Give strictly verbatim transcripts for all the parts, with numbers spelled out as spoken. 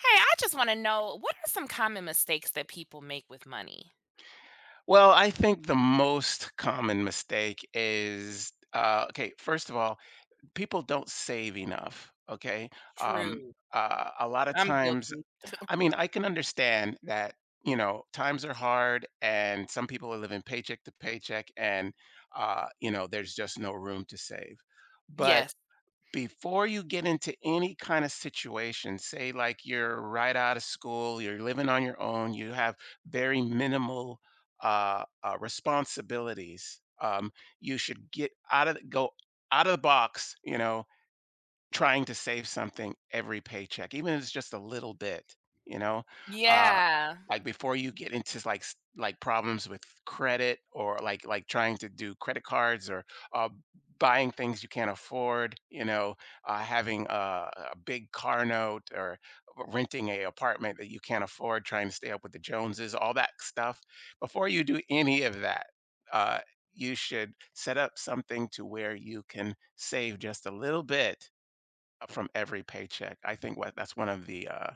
Hey, I just want to know, what are some common mistakes that people make with money? Well, I think the most common mistake is uh, okay, first of all, people don't save enough. Okay. Um, True. uh, a lot of I'm times, guilty. I mean, I can understand that, you know, times are hard and some people are living paycheck to paycheck and, uh, you know, there's just no room to save. But Yes. before you get into any kind of situation, say like you're right out of school, you're living on your own, you have very minimal uh, uh, responsibilities. Um, you should get out of go out of the box, you know, trying to save something every paycheck, even if it's just a little bit, you know. Uh, Yeah. like before you get into like s- like problems with credit or like like trying to do credit cards or uh, buying things you can't afford, you know uh, having a, a big car note or renting a apartment that you can't afford, trying to stay up with the Joneses, all that stuff. Before you do any of that, uh, you should set up something to where you can save just a little bit, uh, from every paycheck. I think what that's one of the uh,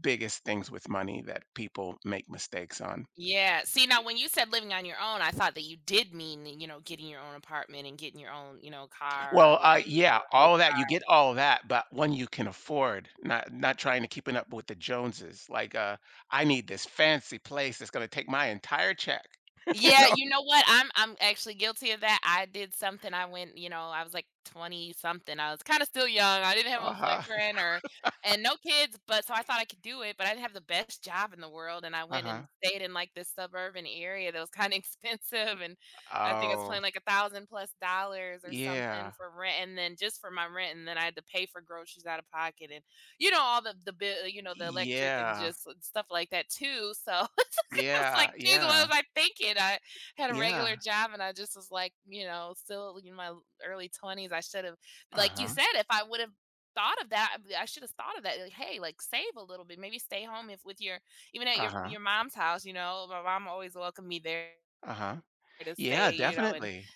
biggest things with money that people make mistakes on. Yeah. See, now when you said living on your own, I thought that you did mean, you know, getting your own apartment and getting your own, you know, car or Well, uh, whatever, you know, yeah, a nice all of that, you car. get all of that, but one you can afford, not not trying to keeping up with the Joneses. Like, uh, I need this fancy place that's gonna take my entire check, you Yeah, know? you know what? I'm I'm actually guilty of that. I did something. I went, you know, I was like twenty something. I was kind of still young. I didn't have a Uh-huh, boyfriend or and no kids, but so I thought I could do it, but I didn't have the best job in the world, and I went and uh-huh. stayed in like this suburban area that was kind of expensive. And I think I was Oh, paying like a thousand plus dollars or something yeah, for rent, and then just for my rent, and then I had to pay for groceries out of pocket, and you know all the the bill, you know, the electric, and yeah, just uh, stuff like that too. So I was yeah, like, "Geez, what was yeah, I thinking?" I had a regular yeah. job, and I just was like, you know, still in my early twenties. I should have, like you Uh-huh, said, if I would have thought of that, I should have thought of that. Like, hey, like save a little bit, maybe stay home if with your, even at your uh-huh, your mom's house. You know, my mom always welcomed me there uh-huh. to Yeah, stay. You know, and definitely,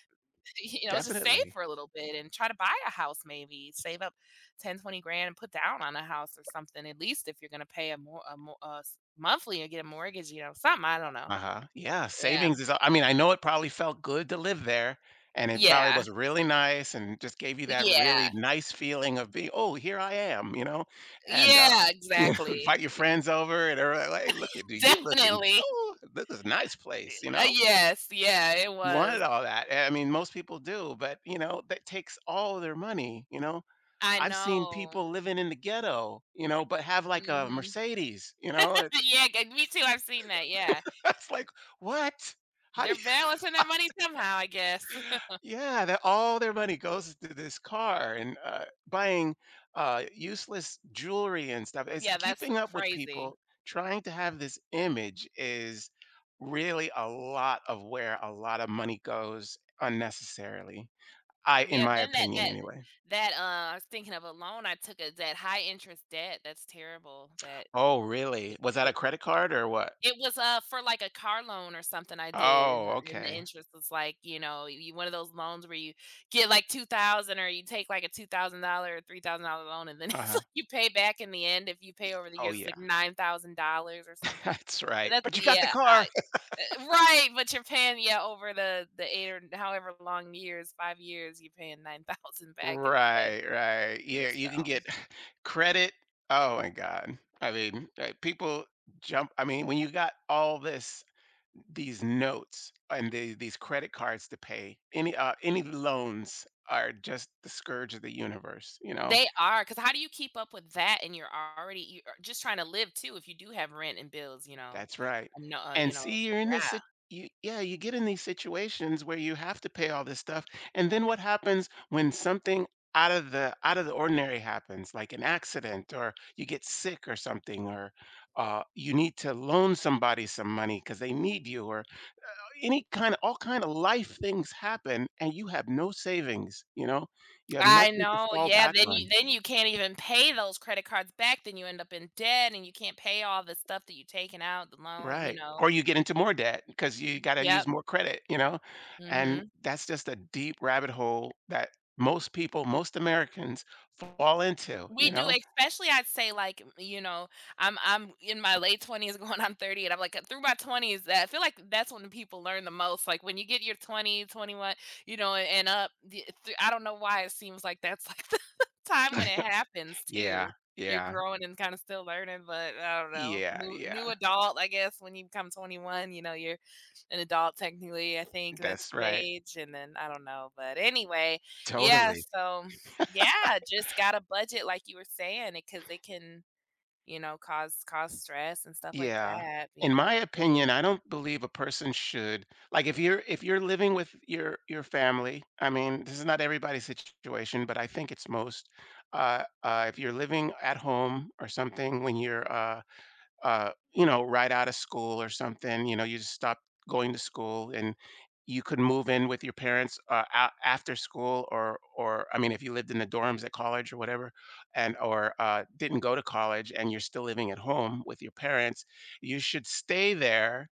you know, just save definitely. for a little bit and try to buy a house. Maybe save up ten, twenty grand and put down on a house or something. At least if you're gonna pay a more a, mo- monthly or get a mortgage, you know, something. I don't know. Uh-huh. Yeah, Yeah. savings is I mean, I know it probably felt good to live there, and it probably Yeah, was really nice and just gave you that really yeah, nice feeling of being, "Oh, here I am," you know? And, uh, yeah, you know, exactly. invite your friends over and they're like, "Hey, look at you, you looking Definitely. oh, this is a nice place," you Uh, know? Yes, yeah, it You wanted was. all that. eh, I mean, most people do, but, you know, that takes all their money, you know? I I've seen know. people living in the ghetto, you know, but have like a Mhm. Mercedes, you know? It's Yeah, g me too, I've seen that, yeah. it's like, "What? How do They're balancing their money somehow, I guess. Yeah, that all their money goes to this car and uh, buying uh, useless jewelry and stuff. It's Yeah, that's keeping up with crazy. people. Trying to have this image is really a lot of where a lot of money goes unnecessarily. I, in Yeah, my then that opinion, that anyway. that, uh, I was thinking of a loan I took, uh, that high interest debt, that's terrible. That Oh, really? it Was that a it credit card or what? it was, uh, for, like, a car loan or something I did, Oh, and and the okay. interest was, like, you know, you one of those loans where you get, like, two thousand, or you take, like, a two thousand dollars or three thousand dollars loan, and then Uh it's huh. like you pay back in the end if you pay over the Oh, years, it's, yeah. like, nine thousand dollars or something. That's right. That's But you got the yeah, car. I uh, right, but you're paying, yeah, over the the eight or however long years, five years, you're paying nine thousand back instead. Right, right. Yeah, So you can get credit. Oh my God. I mean, uh, people jump. I mean, when you got all this, these notes and the, these credit cards to pay, any uh, any loans are just the scourge of the universe. You know, they are, because how do you keep up with that, and you're already you are just trying to live too if you do have rent and bills, you know? that's right. No, uh, you And know see, you're in this yeah. sit you yeah, you get in these situations where you have to pay all this stuff, and then what happens when something out of the out of the ordinary happens, like an accident or you get sick or something, or uh, you need to loan somebody some money because they need you, or any kind of all kind of life things happen, and you have no savings, you know? You have I nothing to know, fall yeah, back then you on. then you can't even pay those credit cards back, then you end up in debt, and you can't pay all the stuff that you taken out, the loan, you Right, know. or you get into more debt because you gotta use Yep. more credit, you know, and Mhm. that's just a deep rabbit hole that most people, most Americans fall into, We you do, know? especially I'd say, like, m you know, I'm I'm in my late twenties going on thirty, and I'm like, through my twenties, that I feel like that's when the people learn the most, like, when you get your twenty, twenty one, you know, and up, the th I don't know why it seems like that's, like, the time when it happens Yeah, too. You're yeah, growing and kinda still learning, but I don't know. yeah, New new yeah. adult, I guess, when you become twenty one, you know, you're an adult technically, I think that's That's the right. age, and then I don't know, but anyway, yeah, Totally. so yeah, just got a budget like you were saying because it can, you know, cause cause stress and stuff like Yeah. that, being In having my food. opinion, I don't believe a person should, like, if you're if you're living with your your family, I mean, this is not everybody's situation, but I think it's most, uh, uh, if you're living at home or something when you're, uh uh, you know, right out of school or something. You know, you just stopped going to school, and you could move in with your parents, uh, a- after school, or or I mean, if you lived in the dorms at college or whatever, and or uh, didn't go to college, and you're still living at home with your parents. You should stay there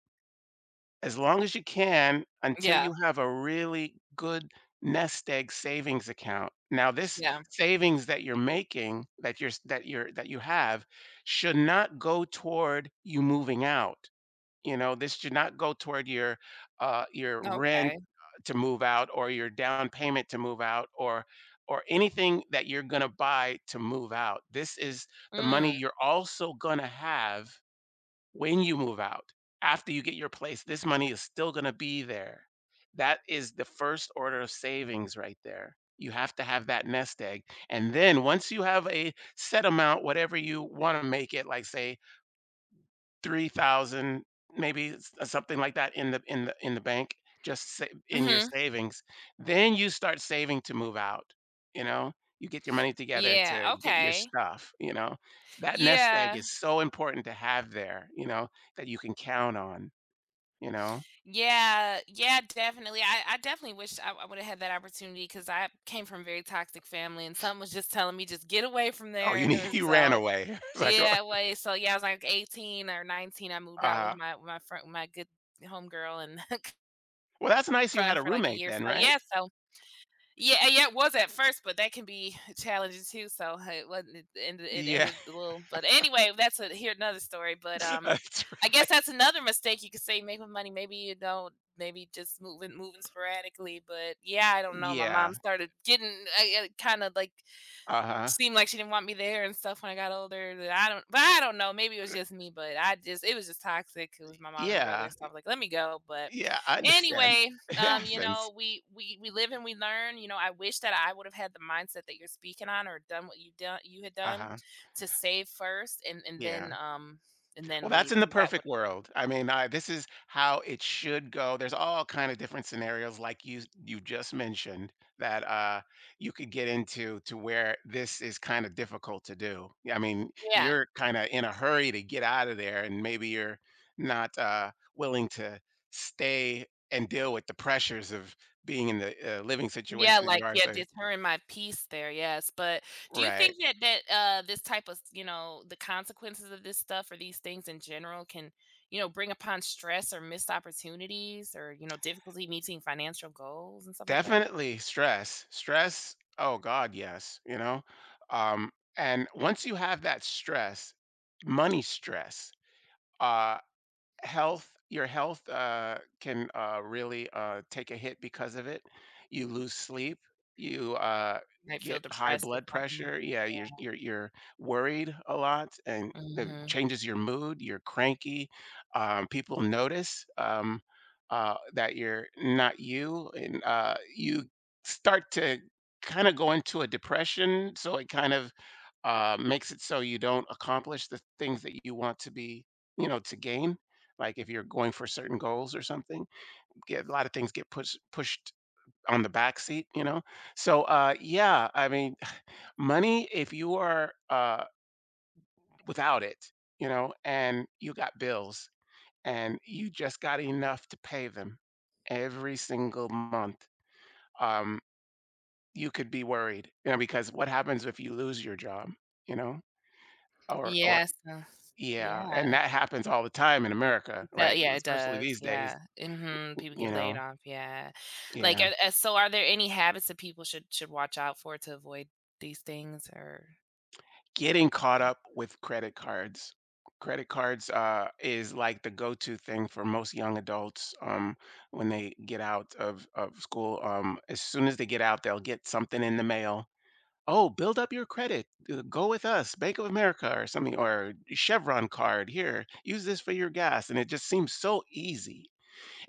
as long as you can until Yeah, you have a really good nest egg savings account. Now this yeah, savings that you're making, that you're s that you're that you have, should not go toward you moving out. You know, this should not go toward your, uh, your rent, okay. uh, to move out or your down payment to move out, or or anything that you're gonna buy to move out. This is the money Mm, you're also gonna have when you move out. After you get your place, this money is still going to be there. That is the first order of savings right there. You have to have that nest egg. And then once you have a set amount, whatever you want to make it, like say three thousand, maybe s uh, something like that in the in the in the bank, just sa in your mhm. savings. Then you start saving to move out, you know? You get your money together to Yeah, get your okay. stuff, you know? That nest egg Yeah, is so important to have there, you know, that you can count on, you know? yeah, yeah, definitely. I I definitely wish I I would've had that opportunity because I came from a very toxic family, and something was just telling me, "Just get away from Oh, you there." need you ran So, away. It's like, oh. yeah, away. So, yeah, I was like eighteen or nineteen, I moved out with Uh-huh. my with my friend, my good homegirl, and Well, that's nice you had fun a for like a roommate year, then, so yeah, right? so yeah, yeah, it was at first, but that can be challenging too, so uh, it wasn't it ended it Yeah. ended a little, but anyway, that's a here another story, but, um, That's I guess right. that's another mistake you could say, make money, maybe you don't maybe just moving moving sporadically, but yeah, I don't know, my Yeah. mom started getting, uh, uh, kinda like Uh-huh. seemed like she didn't want me there and stuff when I got older, that I don't but I don't know, maybe it was just me, but I just it was just toxic, it was my mom and brother, Yeah. so I was like, "Let me go," but Yeah, I understand. anyway, It um, you happens. know, we we we live and we learn, you know, I wish that I would have had the mindset that you're speaking on, or done what you done you had done Uh-huh. to save first, and and then, Yeah. um, and Well, then that's leave in the because that perfect would've world. I mean, I, this is how it should go. There's all kind of different scenarios, like you you just mentioned, that uh, you could get into to where this is kind of difficult to do. I mean, Yeah. you're kind of in a hurry to get out of there, and maybe you're not uh, willing to stay and deal with the pressures of being in the uh, living Yeah, situation that you like, are. yeah, So, deterring my peace there, yes, but do you right. think that that, uh, this type of, you know, the consequences of this stuff or these things in general can, you know, bring upon stress or missed opportunities, or, you know, difficulty meeting financial goals and stuff like that? Definitely stress. Stress, oh God, yes, you know? Um, and once you have that stress, money stress, uh health your health uh, can uh, really uh, take a hit because of it. You lose sleep. You uh, Might feel get high depressed or blood something. pressure. Yeah, you're, you're you're worried a lot, and Yeah. it Mhm. changes your mood. You're cranky. Um, people notice, um, uh, that you're not you, and uh, you start to kind of go into a depression. So it kind of uh, makes it so you don't accomplish the things that you want to be, you know to gain, like if you're going for certain goals or something. Get a lot of things, get pushed pushed on the back seat. You know, so uh yeah, I mean, money, if you are uh without it, you know and you got bills, and you just got enough to pay them every single month. um you could be worried, you know because what happens if you lose your job? You know, or or Yes, uh, yeah, and yeah. that happens all the time in America, That right, yeah, it especially does, these days. yeah. Mhm, people You get laid know, off, yeah. Like, yeah. and and so are there any habits that people should should watch out for to avoid these things or Getting caught Um up with credit cards. Credit cards, uh, is like the go-to thing for most young adults, um, when they get out of of school. Um, as soon as they get out, they'll get something in the mail. "Oh, build up your credit. Uh, go with us, Bank of America or something, or Chevron card. Here, use this for your gas," and it just seems so easy,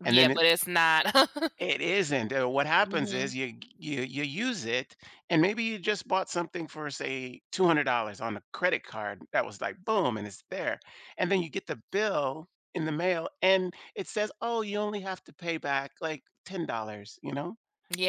and Yeah, then it but it's not. it isn't. Uh, what happens Mhm. is you you you use it, and maybe you just bought something for, say, two hundred dollars on a credit card that was like boom, and it's there, and then you get the bill in the mail, and it says, oh, you only have to pay back like ten dollars. You know,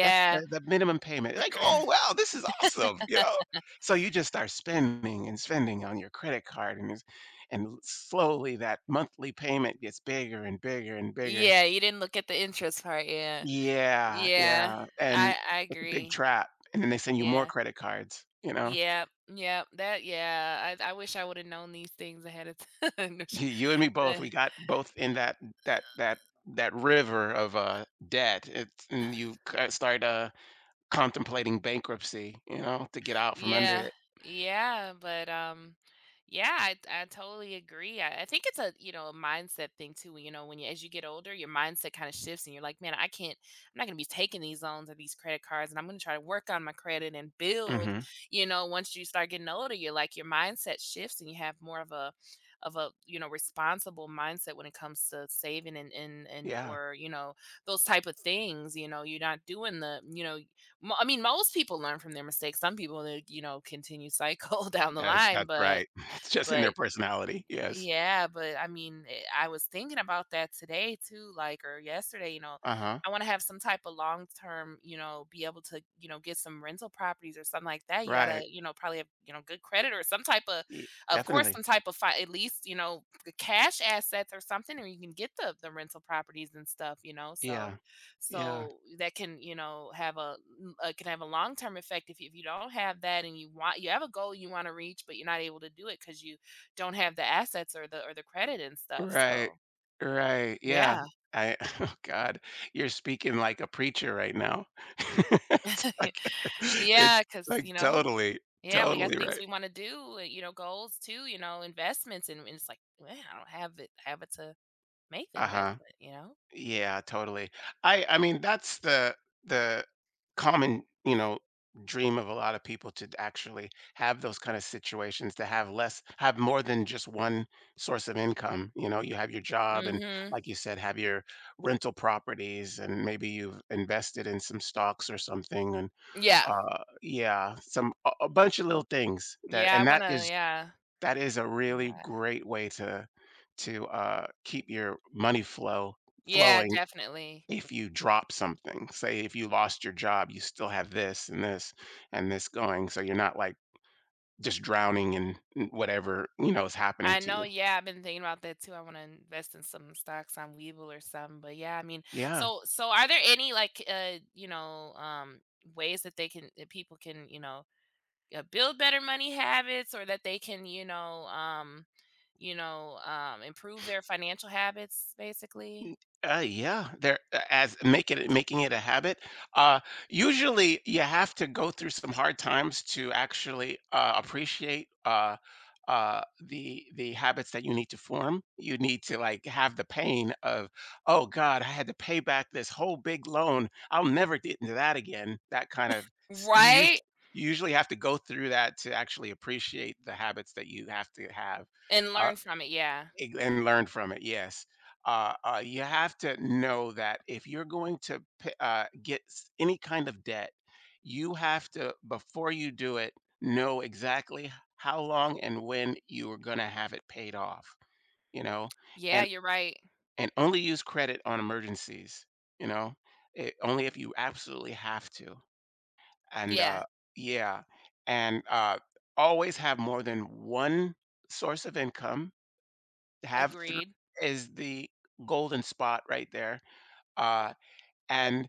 that's the, the minimum payment. Like, oh wow, this is awesome. You know, so you just start spending and spending on your credit card, and it's- and slowly that monthly payment gets bigger and bigger and bigger. Yeah, you didn't look at the interest part, yeah. Yeah, Yeah. yeah, and I I it's a big agree. trap, and then they send you more Yeah. credit cards, you know? yeah, yeah. that yeah, I I wish I would've known these things ahead of time. You you and me both, we got both in that that that that river of, uh, debt. It's And you ki start, uh, contemplating bankruptcy, you know, to get out from under Yeah, it. yeah, but um, yeah, I I totally agree. I, I think it's a you know a mindset thing too. You know, when you as you get older, your mindset kind of shifts, and you're like, man, I can't, I'm not gonna be taking these loans or these credit cards, and I'm gonna try to work on my credit and build. Mhm. You know, once you start getting older, you're like your mindset shifts, and you have more of a of a you know responsible mindset when it comes to saving and and and Yeah. or you know those type of things you know you're not doing the you know Mo I mean, most people learn from their mistakes. Some people, they, you know, continue cycle down the That line, that's but right. It's just in their but personality, yes. yeah, but I mean, eh, I was thinking about that today too, like, or yesterday, you know, Uh-huh. I want to have some type of long term, you know, be able to, you know, get some rental properties or something like that. You gotta, Right. you know, probably have, you know, good credit or some type of, Ye of course, definitely. some type of, fi- at least, you know, the cash assets or something, or you can get the, the rental properties and stuff, you know, so, Yeah, yeah. so that can, you know, have a, n- uh, can have a long term effect if you, if you don't have that and you want, you have a goal you want to reach, but you're not able to do it because you, don't have the assets or the or the credit and stuff, Right. so Right. Yeah. yeah. I Oh God, you're speaking like a preacher right now. It's like it's yeah, because like you know totally, yeah, we got totally things right. we wanna do, and, you know, goals too, you know, investments, and and it's like, "Man, I don't have it have it to make the Uh-huh. investment," you know? Yeah, totally. I I mean, that's the the common, you know, dream of a lot of people, to actually have those kind of situations, to have less have more than just one source of income. You know, you have your job and, Mhm. like you said, have your rental properties, and maybe you've invested in some stocks or something. And Yeah. uh yeah, some a, a bunch of little things. That, Yeah, I and that wanna is yeah. that is a really Yeah. great way to to uh keep your money flow Yeah, flowing definitely. If you drop something, say if you lost your job, you still have this and this and this going. So you're not like just drowning in in whatever, you know, is happening I to know, you. yeah, I've been thinking about that too, I wanna invest in some stocks on Weeble or something, but yeah, I mean Yeah. so so are there any, like, uh, you know, um, ways that they can that people can, you know uh, build better money habits or that they can you know um you know um improve their financial habits basically N uh, Yeah, there, uh, as making it making it a habit. Uh, usually, you have to go through some hard times to actually, uh, appreciate, uh uh, the the habits that you need to form. You need to, like, have the pain of, "Oh god, I had to pay back this whole big loan. I'll never get into that again." That kind of, s you usu right you usually have to go through that to actually appreciate the habits that you have to have. and Uh learn from it yeah Ig and learn from it, yes. Uh, uh, you have to know that if you're going to p uh, get s any kind of debt, you have to, before you do it, know exactly h how long and when you are gonna have it paid off, you know? yeah And you're right and only use credit on emergencies, you know? Eh, only if you absolutely have to. And, yeah uh yeah, and, uh, always have more than one source of income. Have three agreed is the golden spot right there, uh, and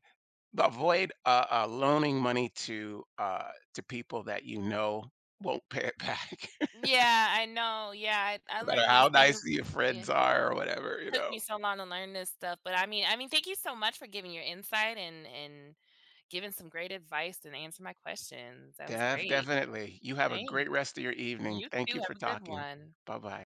avoid, uh uh, loaning money to, uh to people that you know won't pay it back, yeah I know yeah I, I no matter learned how these nice things your yeah, friends it are or whatever, you took know? me so long to learn this stuff but i mean i mean thank you so much for giving your insight and and giving some great advice and answer my questions, that was Def great. definitely. You have a great Thanks, rest of your evening. you Thank too, you have for a good talking. one. Bye-bye.